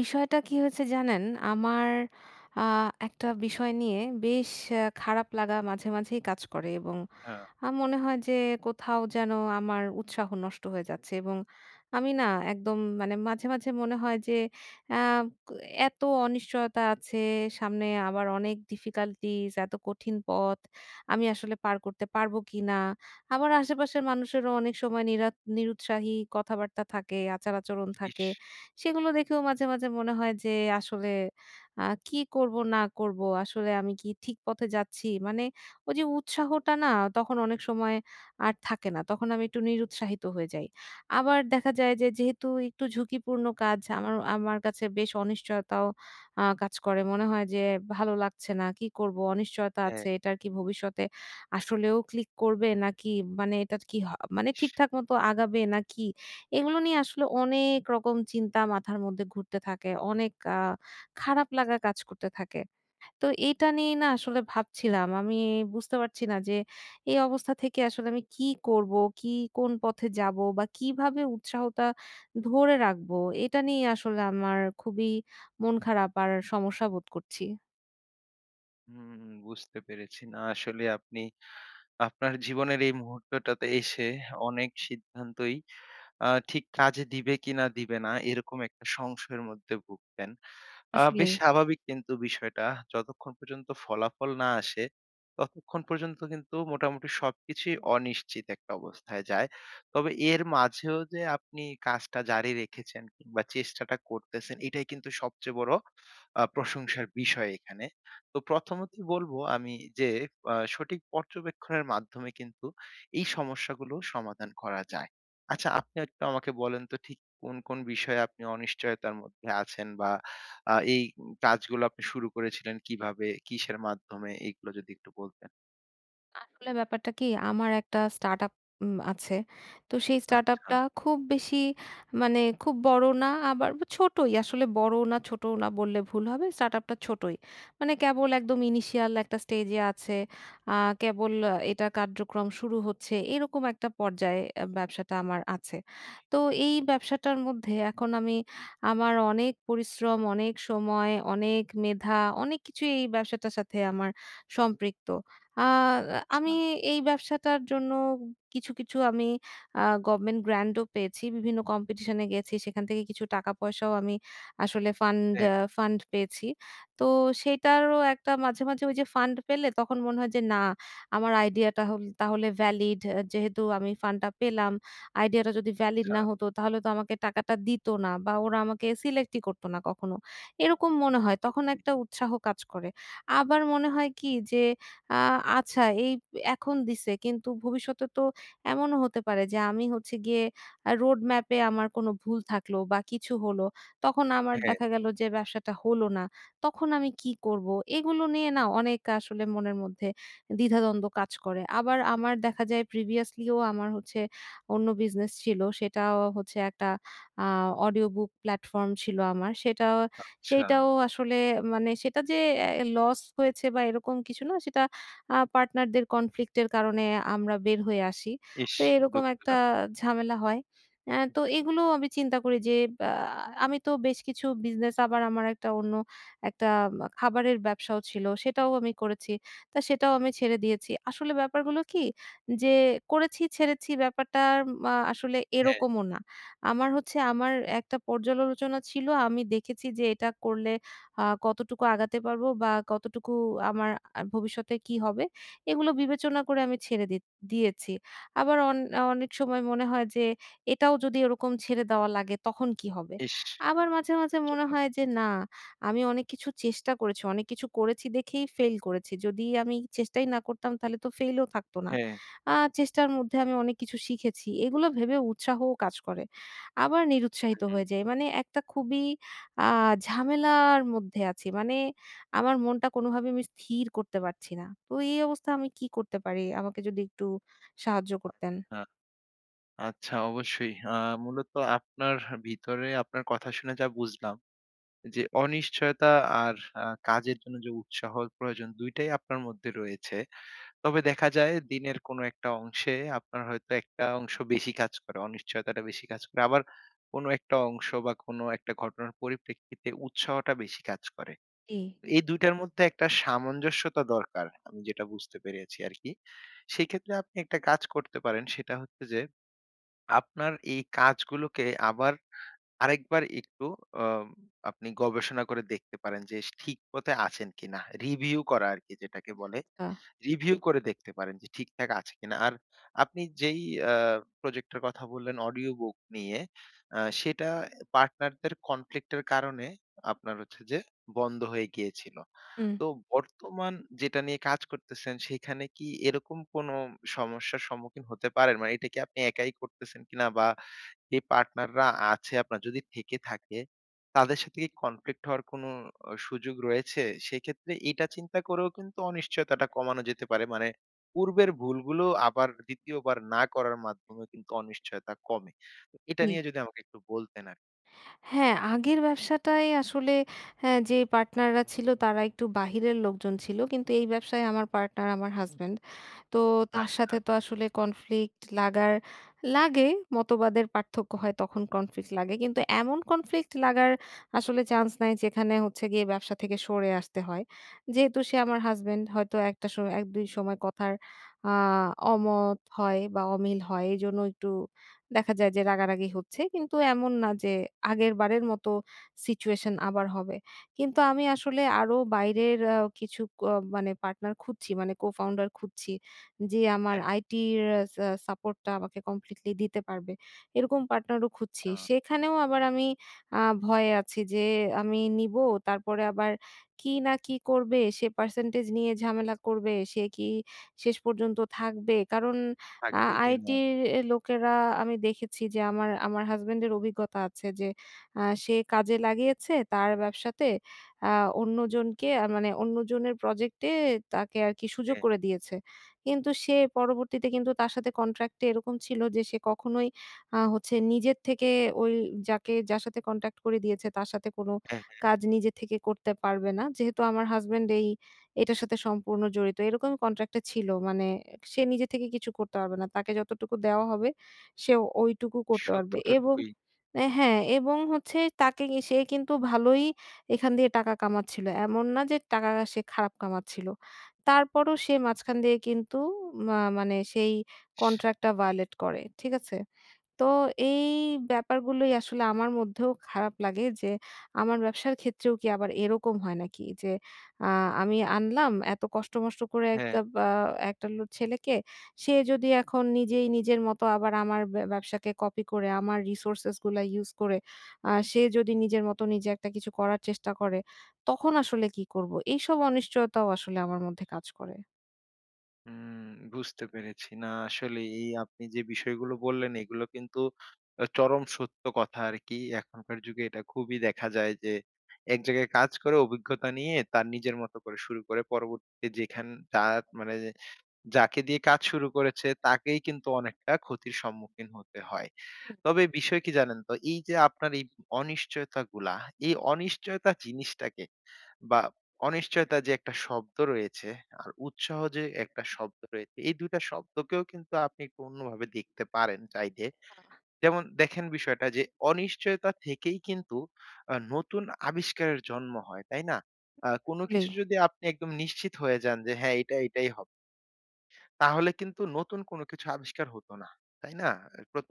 বিষয়টা কি হয়েছে জানেন? আমার আ একটা বিষয় নিয়ে বেশ খারাপ লাগা মাঝে, মাঝেই কাজ করে, এবং হ্যাঁ, মনে হয় যে কোথাও যেন আমার উৎসাহ নষ্ট হয়ে যাচ্ছে, এবং আমি না একদম মানে মাঝে, মাঝে মনে হয় যে আ ক এত অনিশ্চয়তা আছে, সামনে আবার অনেক difficulties, এত কঠিন পথ। আমি আসলে পার করতে পারব কিনা? আবার আশেপাশের মানুষেরও অনেক সময় নিরুৎসাহী কথাবার্তা থাকে, আচার-আচরণ ইস! থাকে। সেগুলো দেখেও মাঝে, মাঝে মনে হয় যে আসলে কি করব না করব? আসলে আমি কি ঠিক পথে যাচ্ছি? মানে ওই যে উৎসাহটা না তখন অনেক সময় আর থাকে না। তখন আমি একটু নিরুৎসাহিত হয়ে যাই। আবার দেখা যায় যে যেহেতু একটু ঝুঁকিপূর্ণ কাজ, আমার আমার কাছে বেশ অনিশ্চয়তাও কাজ করে। মনে হয় যে ভালো লাগছে না। কি করব? অনিশ্চয়তা হ্যাঁ, আছে। এটার কি ভবিষ্যতে আসলেও ক্লিক করবে নাকি, মানে এটা কি হ মানে ঠিকঠাক মতো আগাবে নাকি? এগুলো নিয়ে আসলে অনেক রকম চিন্তা মাথার মধ্যে ঘুরতে থাকে। অনেক খারাপ লাগা কাজ করতে থাকে। তো এটা নিয়ে না আসলে ভাবছিলাম। আমি বুঝতে পারছি না যে এই অবস্থা থেকে আসলে আমি কি করব? কি কোন পথে যাব? বা কিভাবে উৎসাহটা ধরে রাখবো? এটা নিয়ে আসলে আমার খুবই মন খারাপ আর সমস্যা বোধ করছি। হুম, বুঝতে পেরেছি। না আসলে আপনি আপনার জীবনের এই মুহূর্তটাতে এসে অনেক সিদ্ধান্তই ঠিক কাজে দিবে কিনা দিবে না এরকম একটা সংশয়ের মধ্যে ভুগতেন। বেশ আসলেই। স্বাভাবিক কিন্তু বিষয়টা। যতক্ষণ পর্যন্ত ফলাফল না আসে, ততক্ষণ পর্যন্ত কিন্তু মোটামুটি সবকিছুই অনিশ্চিত একটা অবস্থায় যায়। তবে এর মাঝেও যে আপনি কাজটা জারি রেখেছেন কিংবা চেষ্টাটা করতেছেন, এটাই কিন্তু সবচেয়ে বড় প্রশংসার বিষয় এখানে। তো প্রথমতই বলবো আমি যে সঠিক পর্যবেক্ষণের মাধ্যমে কিন্তু এই সমস্যাগুলো সমাধান করা যায়। আচ্ছা আপনি একটু আমাকে বলেন তো ঠিক কোন, কোন বিষয়ে আপনি অনিশ্চয়তার মধ্যে আছেন বা এই কাজগুলো আপনি শুরু করেছিলেন কিভাবে? কিসের মাধ্যমে? এইগুলো যদি একটু বলতেন। আসলে ব্যাপারটা কি, আমার একটা স্টার্টআপ আছে। তো সেই আচ্ছা, স্টার্টআপটা খুব বেশি মানে খুব বড় না, আবার ছোটই। আসলে বড় না ছোট না বললে ভুল হবে। স্টার্টআপটা ছোটই। মানে কেবল একদম ইনিশিয়াল একটা স্টেজে আছে। আ কেবল এটা কার্যক্রম শুরু হচ্ছে। এরকম একটা পর্যায়ে ব্যবসাটা আমার আছে। তো এই ব্যবসাটার মধ্যে এখন আমি আমার অনেক পরিশ্রম, অনেক সময়, অনেক মেধা, অনেক কিছুই এই ব্যবসাটার সাথে আমার সম্পৃক্ত। আ আমি আচ্ছা। এই ব্যবসাটার জন্য কিছু, কিছু আমি গভর্নমেন্ট গ্র্যান্ট ও পেয়েছি। বিভিন্ন কম্পিটিশন এ গেছি। সেখান থেকে কিছু টাকা পয়সাও আমি আসলে হ্যাঁ, ফান্ড পেয়েছি। তো সেইটারও একটা মাঝে, মাঝে ওই যে ফান্ড পেলে তখন মনে হয় যে না, আমার আইডিয়াটা হল তাহলে ভ্যালিড। যেহেতু আমি ফান্ডটা পেলাম, আইডিয়াটা যদি ভ্যালিড আচ্ছা, না হতো তাহলে তো আমাকে টাকাটা দিত না বা ওরা আমাকে সিলেক্টই করত না কখনো। এরকম মনে হয়। তখন একটা উৎসাহ কাজ করে। আবার মনে হয় কি যে আ আচ্ছা এই এখন দিছে কিন্তু ভবিষ্যতে তো এমনও হতে পারে যে আমি হচ্ছে গিয়ে রোড ম্যাপ এ আমার কোনো ভুল থাকলো বা কিছু হলো। তখন আমার হ্যাঁ, দেখা গেল যে ব্যবসাটা হলো না। তখন আমি কি করব? এগুলো নিয়ে না অনেক আসলে মনের মধ্যে দ্বিধাদ্বন্দ্ব কাজ করে। আবার আমার দেখা যায় প্রিভিয়াসলি ও আমার হচ্ছে অন্য বিজনেস ছিল। সেটাও হচ্ছে একটা আ অডিও বুক প্ল্যাটফর্ম ছিল আমার। সেটাও আচ্ছা। সেইটাও আসলে মানে সেটা যে লস হয়েছে বা এরকম কিছু না, সেটা পার্টনারদের কনফ্লিক্টের কারণে আমরা বের হয়ে আসি। ইস! তো এরকম একটা দুঃখজনক। ঝামেলা হয়। তো এগুলো আমি চিন্তা করি যে আ আমি তো বেশ কিছু বিজনেস, আবার আমার একটা অন্য একটা খাবারের ব্যবসাও ছিল। সেটাও আমি করেছি। তা সেটাও আমি ছেড়ে দিয়েছি। আসলে ব্যাপারগুলো কি যে করেছি, ছেড়েছি ব্যাপারটা আসলে হ্যাঁ, এরকমও না। আমার হচ্ছে আমার একটা পর্যালোচনা ছিল। আমি দেখেছি যে এটা করলে কতটুকু আগাতে পারবো বা কতটুকু আমার ভবিষ্যতে কি হবে? এগুলো বিবেচনা করে আমি ছেড়ে দিয়েছি। আবার অনেক সময় মনে হয় যে এটাও যদি ওরকম ছেড়ে দেওয়া লাগে তখন কি হবে? ইস! আবার মাঝে, মাঝে মনে দুঃখজনক। হয় যে না, আমি অনেক কিছু চেষ্টা করেছি। অনেক কিছু করেছি, দেখেই ফেইল করেছি। যদি আমি চেষ্টাই না করতাম তাহলে তো ফেইলও থাকতো না। হ্যাঁ। চেষ্টার মধ্যে আমি অনেক কিছু শিখেছি। এগুলো ভেবে উৎসাহও কাজ করে। আবার নিরুৎসাহিত হুম। হয়ে যাই। মানে একটা খুবই আ ঝামেলার মধ্যে আছি। মানে আমার মনটা কোনোভাবে আমি স্থির করতে পারছি না। তো এই অবস্থায় আমি কি করতে পারি? আমাকে যদি একটু সাহায্য করতেন। আচ্ছা, আচ্ছা অবশ্যই। মূলত আপনার ভিতরে আপনার কথা শুনে যা বুঝলাম যে অনিশ্চয়তা আর কাজের জন্য যে উৎসাহর প্রয়োজন ২ টাই আপনার মধ্যে রয়েছে। তবে দেখা যায় দিনের কোনো একটা অংশে আপনার হয়তো একটা অংশ বেশি কাজ করে, অনিশ্চয়তাটা বেশি কাজ করে। আবার কোনো একটা অংশ বা কোনো একটা ঘটনার পরিপ্রেক্ষিতে উৎসাহটা বেশি কাজ করে। জি। এই ২ টার মধ্যে একটা সামঞ্জস্যতা দরকার। আমি যেটা বুঝতে পেরেছি আরকি। সেক্ষেত্রে আপনি একটা কাজ করতে পারেন সেটা হচ্ছে যে, আপনার এই কাজগুলোকে আবার আরেকবার একটু আম আপনি গবেষণা করে দেখতে পারেন যে, ঠিক পথে আছেন কিনা। রিভিউ করা আরকি যেটাকে বলে। আচ্ছা। রিভিউ করে দেখতে পারেন যে ঠিকঠাক আছে কিনা। আর আপনি যেই আ প্রজেক্টটার কথা বললেন অডিও বুক নিয়ে, সেটা পার্টনারদের কনফ্লিক্ট এর কারণে আপনার হচ্ছে যে বন্ধ হয়ে গিয়েছিল। হুম। তো বর্তমান যেটা নিয়ে কাজ করতেছেন সেখানে কি এরকম কোনো সমস্যার সম্মুখীন হতে পারেন? মানে এটা কি আপনি একাই করতেছেন কিনা বা যে পার্টনাররা আছে আপনার যদি থেকে থাকে, তাদের সাথে কি কনফ্লিক্ট হওয়ার কোনো সুযোগ রয়েছে? সেক্ষেত্রে এটা চিন্তা করেও কিন্তু অনিশ্চয়তাটা কমানো যেতে পারে। মানে পূর্বের ভুলগুলো আবার ২য় বার না করার মাধ্যমে কিন্তু অনিশ্চয়তা কমে। তো এটা জি। নিয়ে যদি আমাকে একটু বলতেন আরকি। হ্যাঁ, আগের ব্যবসাটায় আসলে হ্যাঁ, যে পার্টনাররা ছিল তারা একটু বাহিরের লোকজন ছিল। কিন্তু এই ব্যবসায় আমার পার্টনার আমার হাসব্যান্ড। তো তার আচ্ছা। সাথে তো আসলে কনফ্লিক্ট লাগার লাগে, মতবাদের পার্থক্য হয় তখন কনফ্লিক্ট লাগে। কিন্তু এমন কনফ্লিক্ট লাগার আসলে চান্স নাই যেখানে হচ্ছে গিয়ে ব্যবসা থেকে সরে আসতে হয়। যেহেতু সে আমার হাসব্যান্ড, হয়তো একটা ১-২ সময় কথার আ অমত হয় বা অমিল হয়। এজন্য একটু দেখা যায় যে রাগারাগি হচ্ছে। কিন্তু এমন না যে আগেরবারের মতো সিচুয়েশন আবার হবে। কিন্তু আমি আসলে আরো বাইরের আ কিছু ক মানে পার্টনার খুঁজছি, মানে co-founder খুঁজছি। যে আমার হ্যাঁ, আইটির সা সাপোর্টটা আমাকে কমপ্লিটলি দিতে পারবে। এরকম পার্টনারও খুঁজছি। আ সেখানেও আবার আমি আ ভয়ে আছি যে আমি নিবো, তারপরে আবার কি না কি করবে? সে পার্সেন্টেজ নিয়ে ঝামেলা করবে। সে কি শেষ পর্যন্ত থাকবে? কারণ থাকবে কিনা। আইটির এ লোকেরা, আমি দেখেছি যে আমার হাসব্যান্ডের অভিজ্ঞতা আছে যে সে কাজে লাগিয়েছে তার ব্যবসাতে আ অন্যজনকে মানে অন্যজনের প্রজেক্টে তাকে আরকি সুযোগ হ্যাঁ, করে দিয়েছে। কিন্তু সে পরবর্তীতে কিন্তু তার সাথে কন্ট্রাক্ট এ এরকম ছিল যে সে কখনোই হচ্ছে নিজের থেকে ওই যাকে যার সাথে কন্ট্রাক্ট করে দিয়েছে তার সাথে কোনো হ্যাঁ, হ্যাঁ। কাজ নিজে থেকে করতে পারবে না। যেহেতু আমার হাসব্যান্ড এই এটার সাথে সম্পূর্ণ জড়িত। এরকম কন্ট্রাক্ট এ ছিল। মানে সে নিজে থেকে কিছু করতে পারবে না। তাকে যতটুকু দেওয়া হবে সে ওইটুকু করতে পারবে এবং সত্যতটুকুই। হ্যাঁ, এবং হচ্ছে সে কিন্তু ভালোই এখান দিয়ে টাকা কামাচ্ছিল। এমন না যে টাকা সে খারাপ কামাচ্ছিল। তারপরও সে মাঝখান দিয়ে কিন্তু মানে সেই কন্ট্রাক্টটা ভায়োলেট করে। ঠিক আছে? তো এই ব্যাপারগুলোই আসলে আমার মধ্যেও খারাপ লাগে যে আমার ব্যবসার ক্ষেত্রেও কি আবার এরকম হয় নাকি? যে আ আমি আনলাম এত কষ্ট-মষ্ট করে হ্যাঁ। একটা বা একটা লো ছেলেকে, সে যদি এখন নিজেই নিজের মতো আবার আমার ব্য ব্যবসাকে কপি করে আমার resources গুলা ইউজ করে সে যদি নিজের মতো নিজে একটা কিছু করার চেষ্টা করে, তখন আসলে কি করব? এইসব অনিশ্চয়তাও আসলে আমার মধ্যে কাজ করে। হুম, বুঝতে পেরেছি। না আসলে এই আপনি যে বিষয়গুলো বললেন এগুলো কিন্তু চরম সত্য কথা আরকি। এখনকার যুগে এটা খুবই দেখা যায় যে এক জায়গায় কাজ করে অভিজ্ঞতা নিয়ে তার নিজের মতো করে শুরু করে পরবর্তীতে যেখান তার মানে যাকে দিয়ে কাজ শুরু করেছে তাকেই কিন্তু অনেকটা ক্ষতির সম্মুখীন হতে হয়। তবে বিষয় কি জানেন তো এই যে আপনার এই অনিশ্চয়তাগুলা, এই অনিশ্চয়তা জিনিসটাকে বা অনিশ্চয়তা যে একটা শব্দ রয়েছে আর উৎসাহ যে একটা শব্দ রয়েছে এই দুইটা শব্দকেও কিন্তু আপনি একটু অন্যভাবে দেখতে পারেন চাইলে। যেমন দেখেন বিষয়টা যে অনিশ্চয়তা থেকেই কিন্তু নতুন আবিষ্কারের জন্ম হয়, তাই না? কোনো আসলেই। কিছু যদি আপনি একদম নিশ্চিত হয়ে যান যে হ্যাঁ, এটা এটাই হবে। তাহলে কিন্তু নতুন কোনো কিছু আবিষ্কার হতো না। তাই না?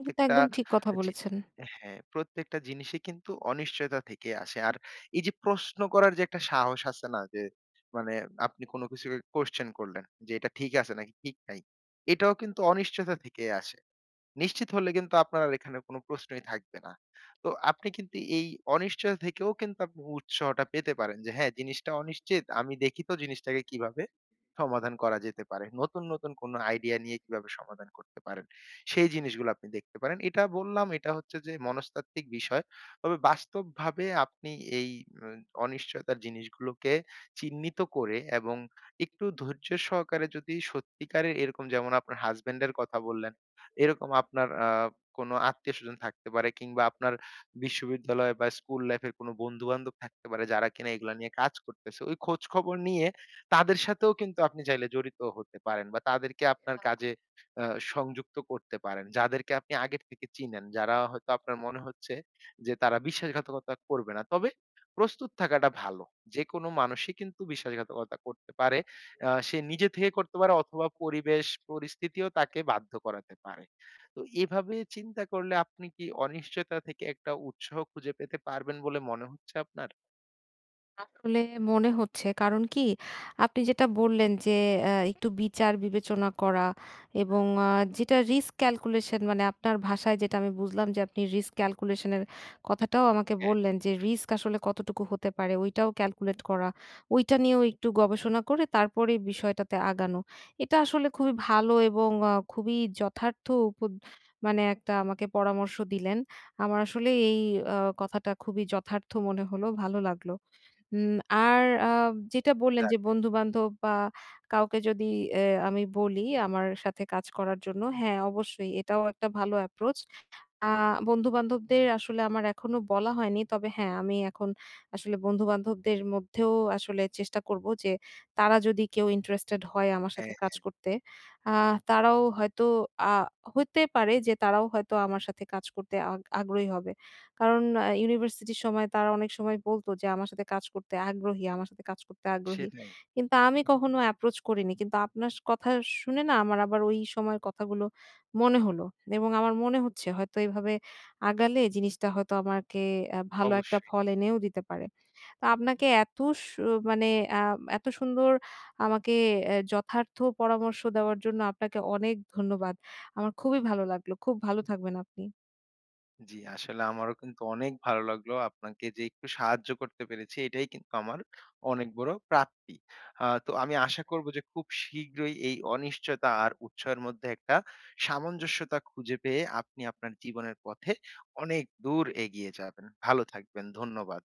এটা তো একদম ঠিক কথা জি বলেছেন। হ্যাঁ, প্রত্যেকটা জিনিসই কিন্তু অনিশ্চয়তা থেকে আসে। আর এই যে প্রশ্ন করার যে একটা সাহস আছে না যে মানে আপনি কোনো কিছুকে কোয়েশ্চেন করলেন যে এটা ঠিক আছে নাকি ঠিক নাই। এটাও কিন্তু অনিশ্চয়তা থেকেই আসে। নিশ্চিত হলে কিন্তু আপনার আর এখানে কোনো প্রশ্নই থাকবে না। তো আপনি কিন্তু এই অনিশ্চয় থেকেও কিন্তু আপনি উৎসাহটা পেতে পারেন যে হ্যাঁ, জিনিসটা অনিশ্চিত। আমি দেখি তো জিনিসটাকে কিভাবে সমাধান করা যেতে পারে। নতুন, নতুন কোনো আইডিয়া নিয়ে কিভাবে সমাধান করতে পারেন। সেই জিনিসগুলো আপনি দেখতে পারেন। এটা বললাম এটা হচ্ছে যে মনস্তাত্ত্বিক বিষয়। তবে বাস্তবভাবে আপনি এই উম অনিশ্চয়তার জিনিসগুলোকে চিহ্নিত করে এবং একটু ধৈর্য সহকারে যদি সত্যিকারের এরকম যেমন আপনার হাসব্যান্ড এর কথা বললেন এরকম আপনার কোনো আত্মীয়স্বজন থাকতে পারে কিংবা আপনার বিশ্ববিদ্যালয় বা স্কুল লাইফের কোনো বন্ধু-বান্ধব থাকতে পারে যারা কিনা এগুলা নিয়ে কাজ করতেছে। ওই খোঁজ খবর নিয়ে তাদের সাথেও কিন্তু আপনি চাইলে জড়িত হতে পারেন বা তাদেরকে আপনার কাজে আ সংযুক্ত করতে পারেন। যাদেরকে আপনি আগের থেকে চিনেন, যারা হয়তো আপনার মনে হচ্ছে যে তারা বিশ্বাসঘাতকতা করবে না। তবে প্রস্তুত থাকাটা ভালো। যেকোনো মানুষই কিন্তু বিশ্বাসঘাতকতা করতে পারে। সে নিজে থেকে করতে পারে অথবা পরিবেশ পরিস্থিতিও তাকে বাধ্য করাতে পারে। তো এভাবে চিন্তা করলে আপনি কি অনিশ্চয়তা থেকে একটা উৎসাহ খুঁজে পেতে পারবেন বলে মনে হচ্ছে আপনার? আসলে মনে হচ্ছে কারণ কি, আপনি যেটা বললেন যে একটু বিচার বিবেচনা করা, এবং যেটা রিস্ক ক্যালকুলেশন মানে আপনার ভাষায় যেটা আমি বুঝলাম যে আপনি রিস্ক ক্যালকুলেশনের কথাটাও আমাকে হ্যাঁ, বললেন যে রিস্ক আসলে কতটুকু হতে পারে, ওইটাও ক্যালকুলেট করা, ওইটা নিয়েও একটু গবেষণা করে তারপরে এই বিষয়টাতে আগানো, এটা আসলে খুবই ভালো এবং খুবই যথার্থ মানে একটা আমাকে পরামর্শ দিলেন। আমার আসলে এই কথাটা খুবই যথার্থ মনে হলো, ভালো লাগলো। উম আর যেটা বললেন যে যাক বন্ধু-বান্ধব বা কাউকে যদি অ্যা আমি বলি আমার সাথে কাজ করার জন্য, হ্যাঁ অবশ্যই এটাও একটা ভালো অ্যাপ্রোচ। আ বন্ধু-বান্ধবদের আসলে আমার এখনো বলা হয়নি। তবে হ্যাঁ, আমি এখন আসলে বন্ধু-বান্ধবদের মধ্যেও আসলে চেষ্টা করব যে, তারা যদি কেউ ইন্টারেস্টেড হয় আমার সাথে হ্যাঁ, কাজ করতে, আ তারাও হয়তো আ হতে পারে যে তারাও হয়তো আমার সাথে কাজ করতে আগ্রহী হবে। কারণ ইউনিভার্সিটির সময় তারা অনেক সময় বলতো যে, "আমার সাথে কাজ করতে আগ্রহী, আমার সাথে কাজ করতে আগ্রহী।" সেটাই। কিন্তু আমি কখনো অ্যাপ্রোচ করিনি। কিন্তু আপনার কথা শুনে না আমার আবার ওই সময়ের কথাগুলো মনে হলো, এবং আমার মনে হচ্ছে হয়তো এভাবে আগালে জিনিসটা হয়তো আমাকে ভালো একটা অবশ্যই। ফল এনেও দিতে পারে। তো আপনাকে এত সু মানে আ এত সুন্দর আমাকে যথার্থ পরামর্শ দেওয়ার জন্য আপনাকে অনেক ধন্যবাদ। আমার খুবই ভালো লাগলো। খুব ভালো থাকবেন আপনি। জি, আসলে আমারও কিন্তু অনেক ভালো লাগলো। আপনাকে যে একটু সাহায্য করতে পেরেছি এটাই কিন্তু আমার অনেক বড় প্রাপ্তি। তো আমি আশা করব যে খুব শীঘ্রই এই অনিশ্চয়তা আর উৎসাহের মধ্যে একটা সামঞ্জস্যতা খুঁজে পেয়ে আপনি আপনার জীবনের পথে অনেক দূর এগিয়ে যাবেন। ভালো থাকবেন। ধন্যবাদ।